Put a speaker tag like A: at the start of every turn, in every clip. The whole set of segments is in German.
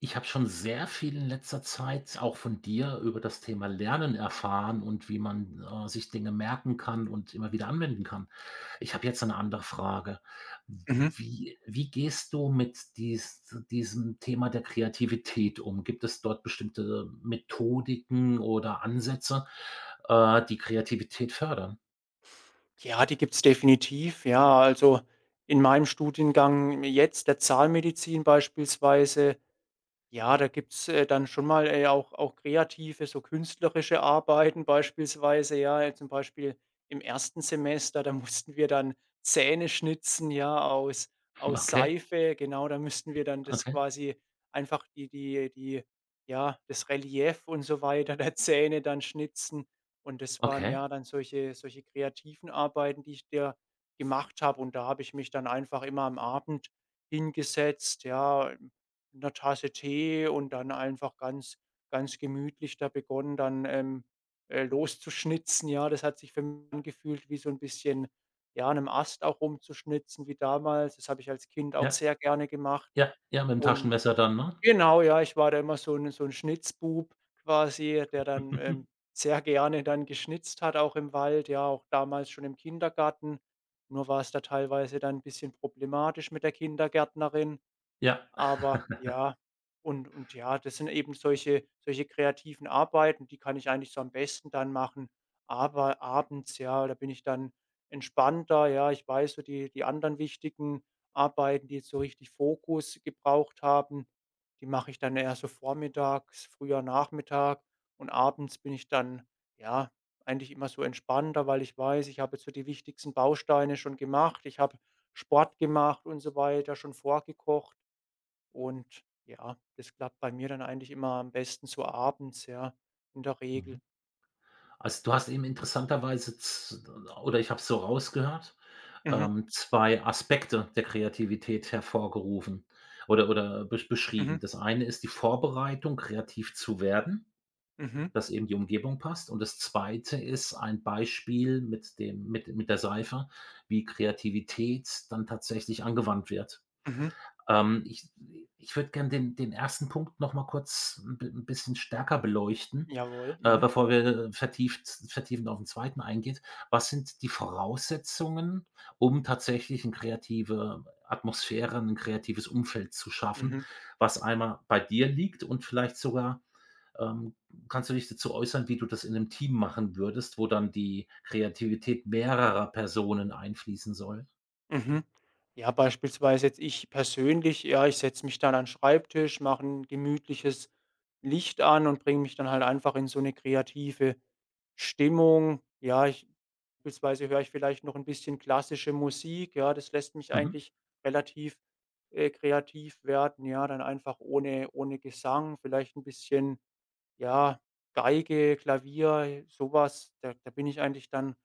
A: Ich habe schon sehr viel in letzter Zeit auch von dir über das Thema Lernen erfahren und wie man, sich Dinge merken kann und immer wieder anwenden kann. Ich habe jetzt eine andere Frage.
B: Mhm.
A: Wie gehst du mit diesem Thema der Kreativität um? Gibt es dort bestimmte Methodiken oder Ansätze, die Kreativität fördern?
B: Ja, die gibt's definitiv, ja. Also, in meinem Studiengang jetzt der Zahnmedizin beispielsweise, ja, da gibt's, dann schon mal, auch kreative, so künstlerische Arbeiten beispielsweise, ja. Zum Beispiel im ersten Semester, da mussten wir dann Zähne schnitzen, ja, aus aus
A: Okay,
B: Seife. Genau, da müssten wir dann das
A: okay,
B: quasi einfach die die die ja, das Relief und so weiter der Zähne dann schnitzen. Und das waren,
A: okay.
B: ja, dann solche kreativen Arbeiten, die ich da gemacht habe. Und da habe ich mich dann einfach immer am Abend hingesetzt, ja, mit 'ner Tasse Tee und dann einfach ganz gemütlich da begonnen, dann, loszuschnitzen, ja. Das hat sich für mich angefühlt wie so 'n bisschen, ja, 'nem Ast auch rumzuschnitzen wie damals. Das habe ich als Kind auch
A: Ja,
B: sehr gerne gemacht,
A: ja, ja, mit dem
B: und
A: Taschenmesser dann, ne?
B: genau, ja, ich war da immer so 'n Schnitzbub quasi, der dann, sehr gerne dann geschnitzt hat, auch im Wald, ja, auch damals schon im Kindergarten. Nur war's da teilweise dann 'n bisschen problematisch mit der Kindergärtnerin.
A: Ja.
B: Aber ja, und ja, das sind eben solche kreativen Arbeiten, die kann ich eigentlich so am besten dann machen. Aber abends, ja, da bin ich dann entspannter, ja. Ich weiß, so die anderen wichtigen Arbeiten, die jetzt so richtig Fokus gebraucht haben, die mache ich dann eher so vormittags, früher Nachmittag, und abends bin ich dann, ja, eigentlich immer so entspannter, weil ich weiß, ich habe jetzt so die wichtigsten Bausteine schon gemacht. Ich habe Sport gemacht und so weiter, schon vorgekocht. Und ja, das klappt bei mir dann eigentlich immer am besten so abends, ja, in der Regel.
A: Mhm. Also, du hast eben interessanterweise z oder ich habe es so rausgehört,
B: Mhm,
A: 2 Aspekte der Kreativität hervorgerufen oder oder beschrieben.
B: mhm,
A: Das eine ist die Vorbereitung, kreativ zu werden,
B: mhm,
A: dass eben die Umgebung passt, und das zweite ist ein Beispiel mit dem mit der Seife, wie Kreativität dann tatsächlich angewandt wird.
B: mhm.
A: Ich ich würde gern den ersten Punkt noch mal kurz ein bi 'n bisschen stärker beleuchten,
B: Jawohl. Mhm.
A: bevor wir vertieft vertiefend auf den zweiten eingeht. Was sind die Voraussetzungen, um tatsächlich eine kreative Atmosphäre, ein kreatives Umfeld zu schaffen,
B: Mhm.
A: was einmal bei dir liegt, und vielleicht sogar, ähm, kannst du dich dazu äußern, wie du das in einem Team machen würdest, wo dann die Kreativität mehrerer Personen einfließen soll?
B: Mhm. Ja, beispielsweise jetzt ich persönlich, ja, ich setze mich dann an 'n Schreibtisch, mache ein gemütliches Licht an und bringe mich dann halt einfach in so eine kreative Stimmung. Ja, ich, beispielsweise höre ich vielleicht noch ein bisschen klassische Musik, ja, das lässt mich
A: Mhm.
B: eigentlich relativ, kreativ werden, ja, dann einfach ohne Gesang, vielleicht ein bisschen, ja, Geige, Klavier, sowas. Da bin ich eigentlich dann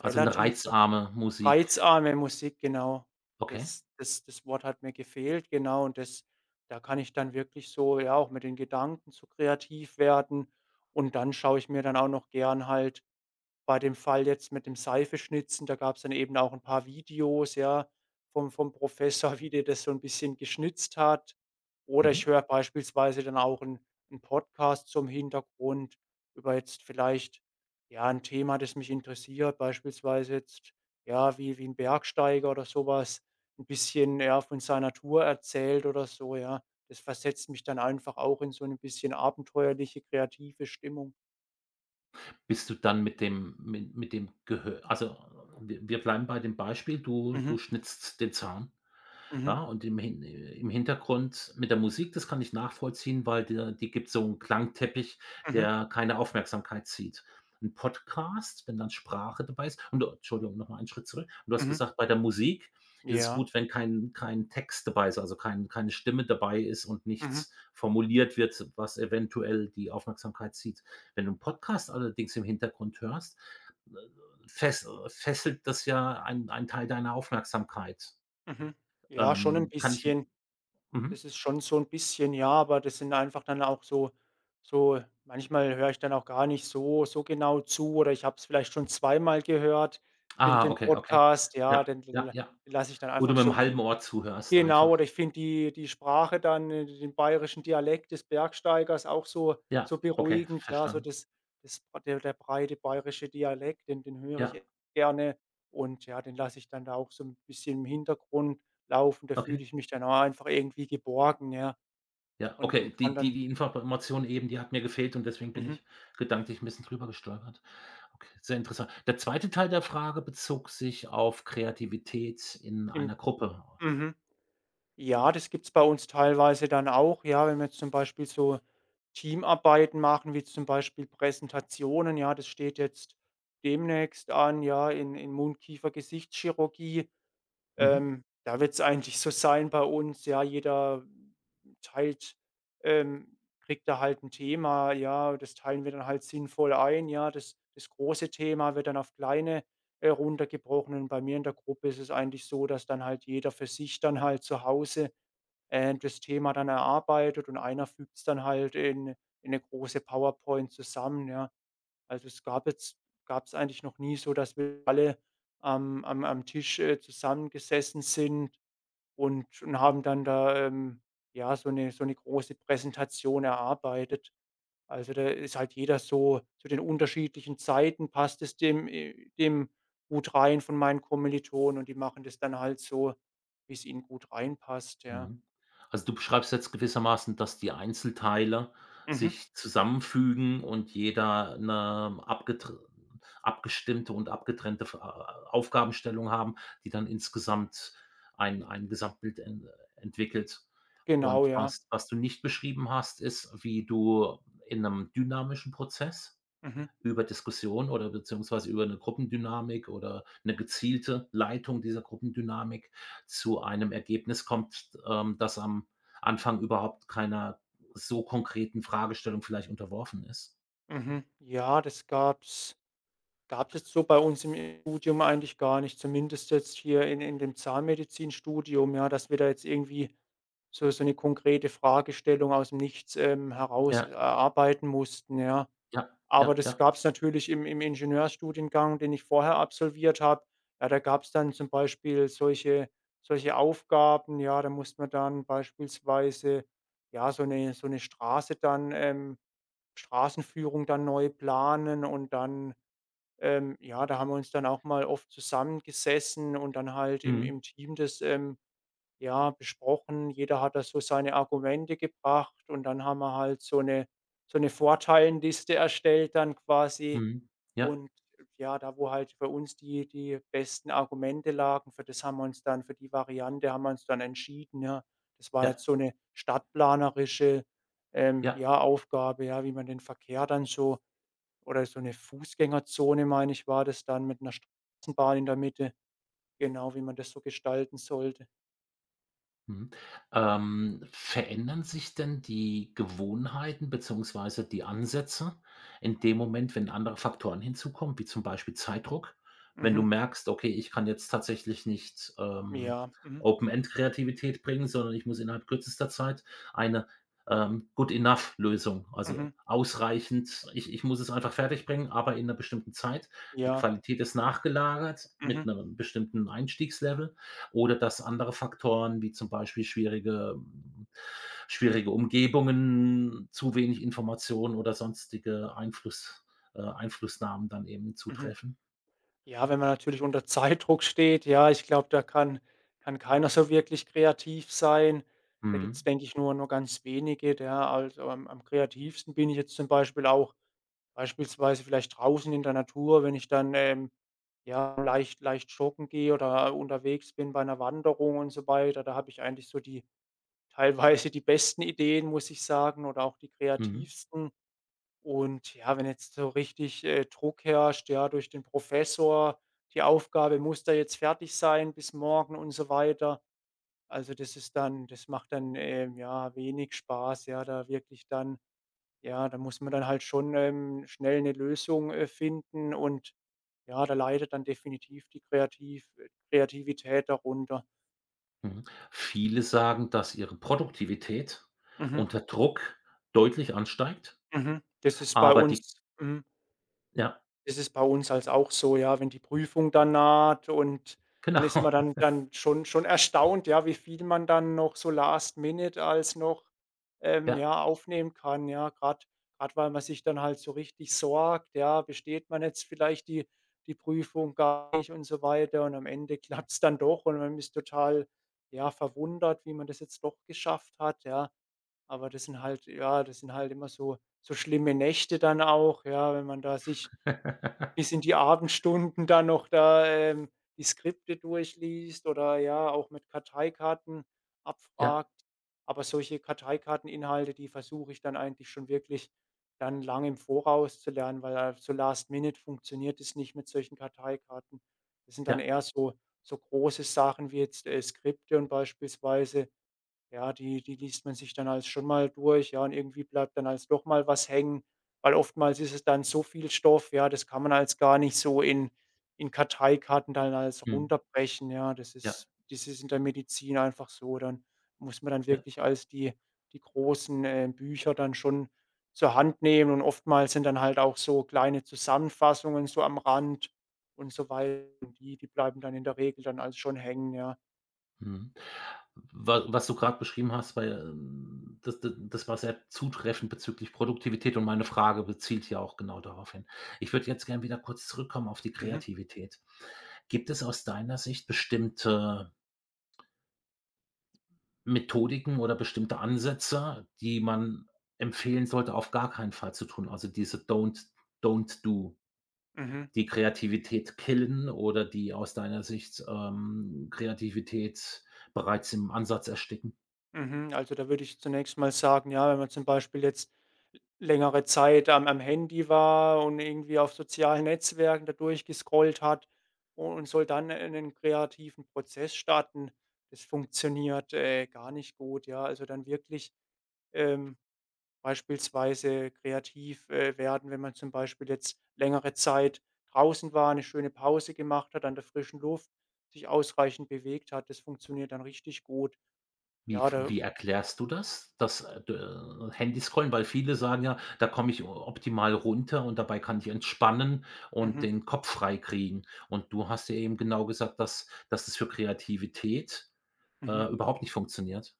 A: Also eine reizarme Musik.
B: Reizarme Musik, genau.
A: Okay.
B: Das Wort hat mir gefehlt, genau. Und das, da kann ich dann wirklich so, ja, auch mit den Gedanken so kreativ werden. Und dann schaue ich mir dann auch noch gern halt, bei dem Fall jetzt mit dem Seifeschnitzen, da gab es dann eben auch ein paar Videos, ja, vom Professor, wie der das so ein bisschen geschnitzt hat. Oder
A: Mhm.
B: ich höre beispielsweise dann auch 'n Podcast zum Hintergrund über jetzt vielleicht, ja, ein Thema, das mich interessiert, beispielsweise jetzt, ja, wie ein Bergsteiger oder sowas ein bisschen, ja, von seiner Tour erzählt oder so, ja. Das versetzt mich dann einfach auch in so ein bisschen abenteuerliche, kreative Stimmung.
A: Bist du dann mit dem Gehör, also, wir bleiben bei dem Beispiel, du
B: Mhm,
A: schnitzt den Zahn.
B: mhm,
A: Ja, und im Hintergrund mit der Musik, das kann ich nachvollziehen, weil der die gibt so einen Klangteppich,
B: mhm,
A: der keine Aufmerksamkeit zieht. Ein Podcast, wenn dann Sprache dabei ist und du Entschuldigung, noch einen Schritt zurück. Und du hast
B: mhm.
A: gesagt, bei der Musik ist es
B: Ja.
A: gut, wenn kein Text dabei ist, also keine Stimme dabei ist und
B: Mhm,
A: nichts formuliert wird, was eventuell die Aufmerksamkeit zieht. Wenn du einen Podcast allerdings im Hintergrund hörst, äh, fesselt das ja einen Teil deiner Aufmerksamkeit.
B: mhm. Ja, schon ein
A: Kann ich
B: bisschen.
A: mhm.
B: Das ist schon so 'n bisschen, ja, aber das sind einfach dann auch so, so manchmal höre ich dann auch gar nicht so genau zu, oder ich habe es vielleicht schon zweimal gehört,
A: Ah,
B: den
A: okay, okay.
B: Podcast, ja,
A: Ja,
B: den
A: ja,
B: l
A: ja.
B: lasse ich dann
A: Wo du
B: einfach so
A: mit'm
B: im Hin.
A: halben Ohr zuhörst
B: Genau, oder
A: einfach.
B: ich finde die Sprache dann, den bayerischen Dialekt des Bergsteigers auch so
A: Ja,
B: so
A: okay,
B: beruhigend, ja, so
A: verstanden.
B: das das der breite bayerische Dialekt, den höre ich
A: Ja,
B: echt gerne, und ja, den lasse ich dann da auch so ein bisschen im Hintergrund laufen. Da
A: okay,
B: fühle ich mich dann auch einfach irgendwie geborgen, ja,
A: ja,
B: und
A: okay.
B: und kann
A: Die die
B: dann
A: die Information eben, die hat mir gefehlt, und deswegen bin
B: mhm,
A: ich gedanklich 'n bisschen drüber gestolpert. Okay, sehr interessant. Der zweite Teil der Frage bezog sich auf Kreativität in
B: im
A: einer Gruppe.
B: mhm. Ja, das gibt's bei uns teilweise dann auch. Ja, wenn wir jetzt zum Beispiel so Teamarbeiten machen, wie zum Beispiel Präsentationen, ja, das steht jetzt demnächst an, ja, in Mund-Kiefer-Gesichtschirurgie.
A: Mhm.
B: Da wird's eigentlich so sein bei uns, ja, jeder teilt, kriegt da halt ein Thema, ja, das teilen wir dann halt sinnvoll ein, ja. Das große Thema wird dann auf kleine, runtergebrochen, und bei mir in der Gruppe ist es eigentlich so, dass dann halt jeder für sich dann halt zu Hause das Thema dann erarbeitet und einer fügt es dann halt in 'ne große PowerPoint zusammen, ja. Also, es gab jetzt gab es eigentlich noch nie so, dass wir alle am Tisch, zusammengesessen sind und haben dann da, ja, so eine, große Präsentation erarbeitet. Also, da ist halt jeder so, zu den unterschiedlichen Zeiten passt es dem, dem gut rein von meinen Kommilitonen, und die machen das dann halt so, wie es ihnen gut reinpasst, ja.
A: Mhm. Also, du beschreibst jetzt gewissermaßen, dass die Einzelteile
B: Mhm.
A: sich zusammenfügen und jeder eine abgetr abgestimmte und abgetrennte f A Aufgabenstellung haben, die dann insgesamt ein Gesamtbild en entwickelt.
B: Genau,
A: Und
B: ja.
A: was was du nicht beschrieben hast, ist, wie du in einem dynamischen Prozess
B: Mhm,
A: über Diskussion oder beziehungsweise über eine Gruppendynamik oder eine gezielte Leitung dieser Gruppendynamik zu einem Ergebnis kommt, das am Anfang überhaupt keiner so konkreten Fragestellung vielleicht unterworfen ist.
B: mhm. Ja, das gab's gab's jetzt so bei uns im Studium eigentlich gar nicht, zumindest jetzt hier in dem Zahnmedizinstudium, ja, dass wir da jetzt irgendwie so so 'ne konkrete Fragestellung aus'm Nichts, heraus
A: Ja,
B: erarbeiten mussten, ja.
A: ja,
B: Aber
A: ja,
B: das
A: ja.
B: gab's natürlich im Ingenieurstudiengang, den ich vorher absolviert habe. Ja, da gab's dann zum Beispiel solche Aufgaben, ja, da musste man dann beispielsweise, ja, so 'ne Straße dann, Straßenführung dann neu planen und dann, ja, da haben wir uns dann auch mal oft zusammengesessen und dann halt
A: Mhm,
B: im Team das, ja, besprochen. Jeder hat da so seine Argumente gebracht, und dann haben wir halt so eine, so 'ne Vorteilenliste erstellt dann quasi.
A: mhm. Ja,
B: Und ja, da, wo halt für uns die besten Argumente lagen, für das haben wir uns dann, für die Variante haben wir uns dann entschieden, ja. Das war
A: ja,
B: jetzt so eine stadtplanerische,
A: ja.
B: ja, Aufgabe, ja, wie man den Verkehr dann so, oder so eine Fußgängerzone, meine ich, war das dann, mit einer Straßenbahn in der Mitte, genau, wie man das so gestalten sollte.
A: Mhm. Verändern sich denn die Gewohnheiten beziehungsweise die Ansätze in dem Moment, wenn andere Faktoren hinzukommen, wie zum Beispiel Zeitdruck? Wenn du
B: Mhm.
A: merkst: „Okay, ich kann jetzt tatsächlich nicht,
B: Ja. Mhm.
A: Open-End-Kreativität bringen, sondern ich muss innerhalb kürzester Zeit eine, Good-enough-Lösung, also
B: Mhm.
A: ausreichend ich muss es einfach fertigbringen, aber in einer bestimmten Zeit. Die
B: Ja.
A: Qualität ist nachgelagert mit
B: Mhm.
A: einem bestimmten Einstiegslevel.“ oder dass andere Faktoren wie zum Beispiel schwierige Umgebungen, zu wenig Informationen oder sonstige Einflussnahmen dann eben
B: Mhm.
A: zutreffen.
B: Ja, wenn man natürlich unter Zeitdruck steht, ja, ich glaube, da kann keiner so wirklich kreativ sein. Da gibt's,
A: Mhm,
B: denke ich, nur ganz wenige, ja. Also, am kreativsten bin ich jetzt zum Beispiel auch, beispielsweise vielleicht draußen in der Natur, wenn ich dann, ja, leicht joggen gehe oder unterwegs bin bei einer Wanderung und so weiter. Da habe ich eigentlich so die teilweise die besten Ideen, muss ich sagen, oder auch die
A: mhm,
B: kreativsten. Und ja, wenn jetzt so richtig, Druck herrscht, ja, durch den Professor, die Aufgabe muss da jetzt fertig sein bis morgen und so weiter. Also, das macht dann, ja, wenig Spaß, ja, da wirklich dann, ja, da muss man dann halt schon, schnell eine Lösung, finden, und ja, da leidet dann definitiv die Kreativität darunter.
A: mhm. Viele sagen, dass ihre Produktivität
B: Mhm,
A: unter Druck deutlich ansteigt,
B: mhm. Das ist bei
A: aber die
B: uns mhm.
A: ja,
B: Das ist bei uns halt auch so, ja, wenn die Prüfung dann naht und dann ist man
A: genau,
B: dann, schon erstaunt, ja, wie viel man dann noch so last minute als noch,
A: ja.
B: ja, aufnehmen kann, ja, grad weil man sich dann halt so richtig sorgt, ja, besteht man jetzt vielleicht die Prüfung gar nicht und so weiter, und am Ende klappt's dann doch, und man ist total, ja, verwundert, wie man das jetzt doch geschafft hat, ja. Aber das sind halt, ja, das sind halt immer so so schlimme Nächte dann auch, ja, wenn man da sich bis in die Abendstunden dann noch da, die Skripte durchliest oder, ja, auch mit Karteikarten
A: Ja,
B: abfragt. Aber solche Karteikarteninhalte, die versuche ich dann eigentlich schon wirklich dann lang im Voraus zu lernen, weil, so Last Minute funktioniert es nicht mit solchen Karteikarten. Das sind dann
A: ja,
B: eher so, so große Sachen wie jetzt, Skripte, und beispielsweise, ja, die liest man sich dann als schon mal durch, ja, und irgendwie bleibt dann als doch mal was hängen, weil oftmals ist es dann so viel Stoff, ja, das kann man als gar nicht so in Karteikarten dann als
A: mhm,
B: runterbrechen, ja.
A: ja,
B: Das ist in der Medizin einfach so. Dann muss man dann
A: ja,
B: wirklich als die großen, Bücher dann schon zur Hand nehmen, und oftmals sind dann halt auch so kleine Zusammenfassungen so am Rand und so wei die bleiben dann in der Regel dann als schon hängen, ja.
A: mhm. Wa was du gerade beschrieben hast, weil, das d das war sehr zutreffend bezüglich Produktivität, und meine Frage bezielt ja auch genau darauf hin. Ich würde jetzt gerne wieder kurz zurückkommen auf die
B: Mhm,
A: Kreativität. Gibt es aus deiner Sicht bestimmte Methodiken oder bestimmte Ansätze, die man empfehlen sollte, auf gar keinen Fall zu tun? Also, diese Don't Do,
B: mhm.
A: die Kreativität killen, oder die aus deiner Sicht, Kreativität bereits im Ansatz ersticken?
B: Mhm, also, da würde ich zunächst mal sagen, ja, wenn man zum Beispiel jetzt längere Zeit am Handy war und irgendwie auf sozialen Netzwerken da durchgescrollt hat und soll dann einen kreativen Prozess starten, das funktioniert, gar nicht gut, ja. Also, dann wirklich, ähm, beispielsweise kreativ, werden, wenn man zum Beispiel jetzt längere Zeit draußen war, eine schöne Pause gemacht hat, an der frischen Luft, sich ausreichend bewegt hat. Das funktioniert dann richtig gut.
A: Wie
B: Ja,
A: f
B: da
A: wie erklärst du das, das, d Handyscrollen? Weil viele sagen ja: „Da komme ich o optimal runter und dabei kann ich entspannen und
B: mhm,
A: den Kopf frei kriegen. Und du hast ja eben genau gesagt, dass dass das für Kreativität,
B: mhm.
A: überhaupt nicht funktioniert.“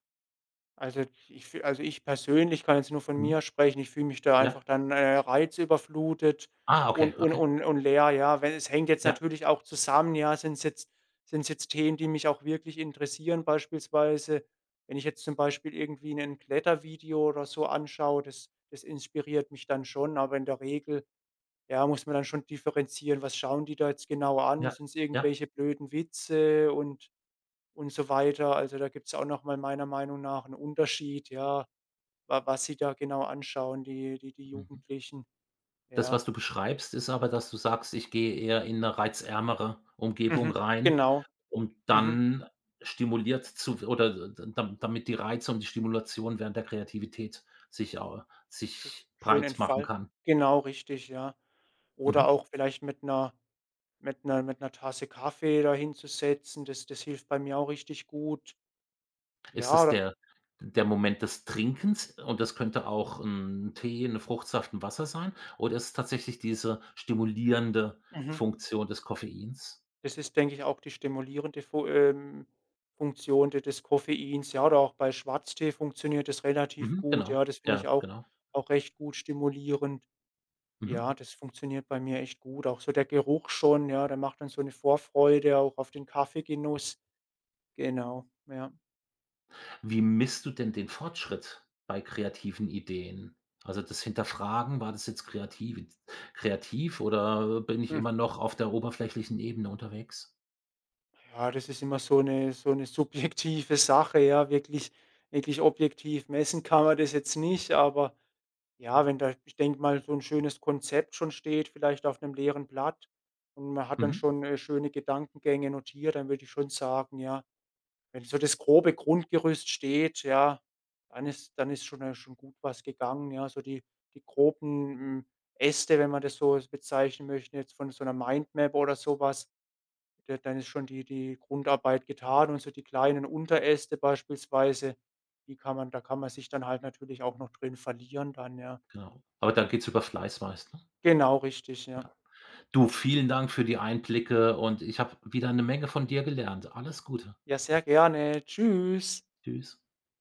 B: Also, ich fü also, ich persönlich kann jetzt nur von mir
A: Mhm.
B: sprechen. Ich fühle mich da
A: Ja.
B: einfach dann, reizüberflutet
A: Ah, okay,
B: und und
A: okay.
B: und und leer, ja. Wenn es hängt jetzt
A: Ja,
B: natürlich auch zusammen, ja, sind's jetzt Themen, die mich auch wirklich interessieren, beispielsweise, wenn ich jetzt zum Beispiel irgendwie 'nen Klettervideo oder so anschaue, das inspiriert mich dann schon, aber in der Regel, ja, muss man dann schon differenzieren: Was schauen die da jetzt genau an?
A: ja,
B: Sind es
A: ja.
B: irgendwelche blöden Witze und so weiter. Also, da gibt's auch noch mal meiner Meinung nach einen Unterschied, ja, wa was sie da genau anschauen, die
A: Mhm.
B: Jugendlichen.
A: Das,
B: Ja.
A: was du beschreibst, ist aber, dass du sagst: „Ich gehe eher in 'ne reizärmere Umgebung
B: Mhm.
A: rein,
B: Genau.
A: um
B: Mhm.
A: dann stimuliert zu w oder d dam damit die Reize und die Stimulation während der Kreativität
B: Sch
A: sich
B: Schön
A: breit machen
B: entfal
A: kann.“
B: genau, richtig, ja. Oder
A: Mhm.
B: auch vielleicht mit einer, mit einer Tasse Kaffee da hinzusetzen, das hilft bei mir auch richtig gut.
A: Ist
B: Ja,
A: es
B: oder
A: der Moment des Trinkens, und das könnte auch 'n Tee, 'ne Fruchtsaft, 'n Wasser sein? Oder ist es tatsächlich diese stimulierende
B: mhm.
A: Funktion des Koffeins?
B: Das ist, denke ich, auch die stimulierende Fu Funktion de des Koffeins, ja, oder auch bei Schwarztee funktioniert das relativ
A: Mhm,
B: gut.
A: genau.
B: Ja, das finde
A: Ja,
B: ich
A: genau.
B: auch recht gut stimulierend.
A: Mhm.
B: Ja, das funktioniert bei mir echt gut. Auch so der Geruch schon, ja, der macht dann so 'ne Vorfreude auch auf den Kaffeegenuss. Genau, ja.
A: Wie misst du denn den Fortschritt bei kreativen Ideen? Also, das Hinterfragen, war das jetzt kreativ, oder bin ich
B: Hm.
A: immer noch auf der oberflächlichen Ebene unterwegs?
B: Ja, das ist immer so 'ne, so 'ne subjektive Sache, ja, wirklich, wirklich objektiv messen kann man das jetzt nicht, aber ja, wenn da, ich denke mal, so ein schönes Konzept schon steht, vielleicht auf einem leeren Blatt, und man hat dann
A: Mhm,
B: schon, schöne Gedankengänge notiert, dann würde ich schon sagen, ja, wenn so das grobe Grundgerüst steht, ja, dann ist schon, schon gut was gegangen, ja. So die groben, hm, Äste, wenn man das so bezeichnen möchte, jetzt von so einer Mindmap oder sowas, da, dann ist schon die Grundarbeit getan, und so die kleinen Unteräste beispielsweise, die kann man da kann man sich dann halt natürlich auch noch drin verlieren dann, ja.
A: genau. Aber dann geht's über Fleiß meist, ne?
B: Genau, richtig, ja.
A: Du, vielen Dank für die Einblicke, und ich habe wieder eine Menge von dir gelernt. Alles Gute.
B: Ja, sehr gerne. Tschüss.
A: Tschüss.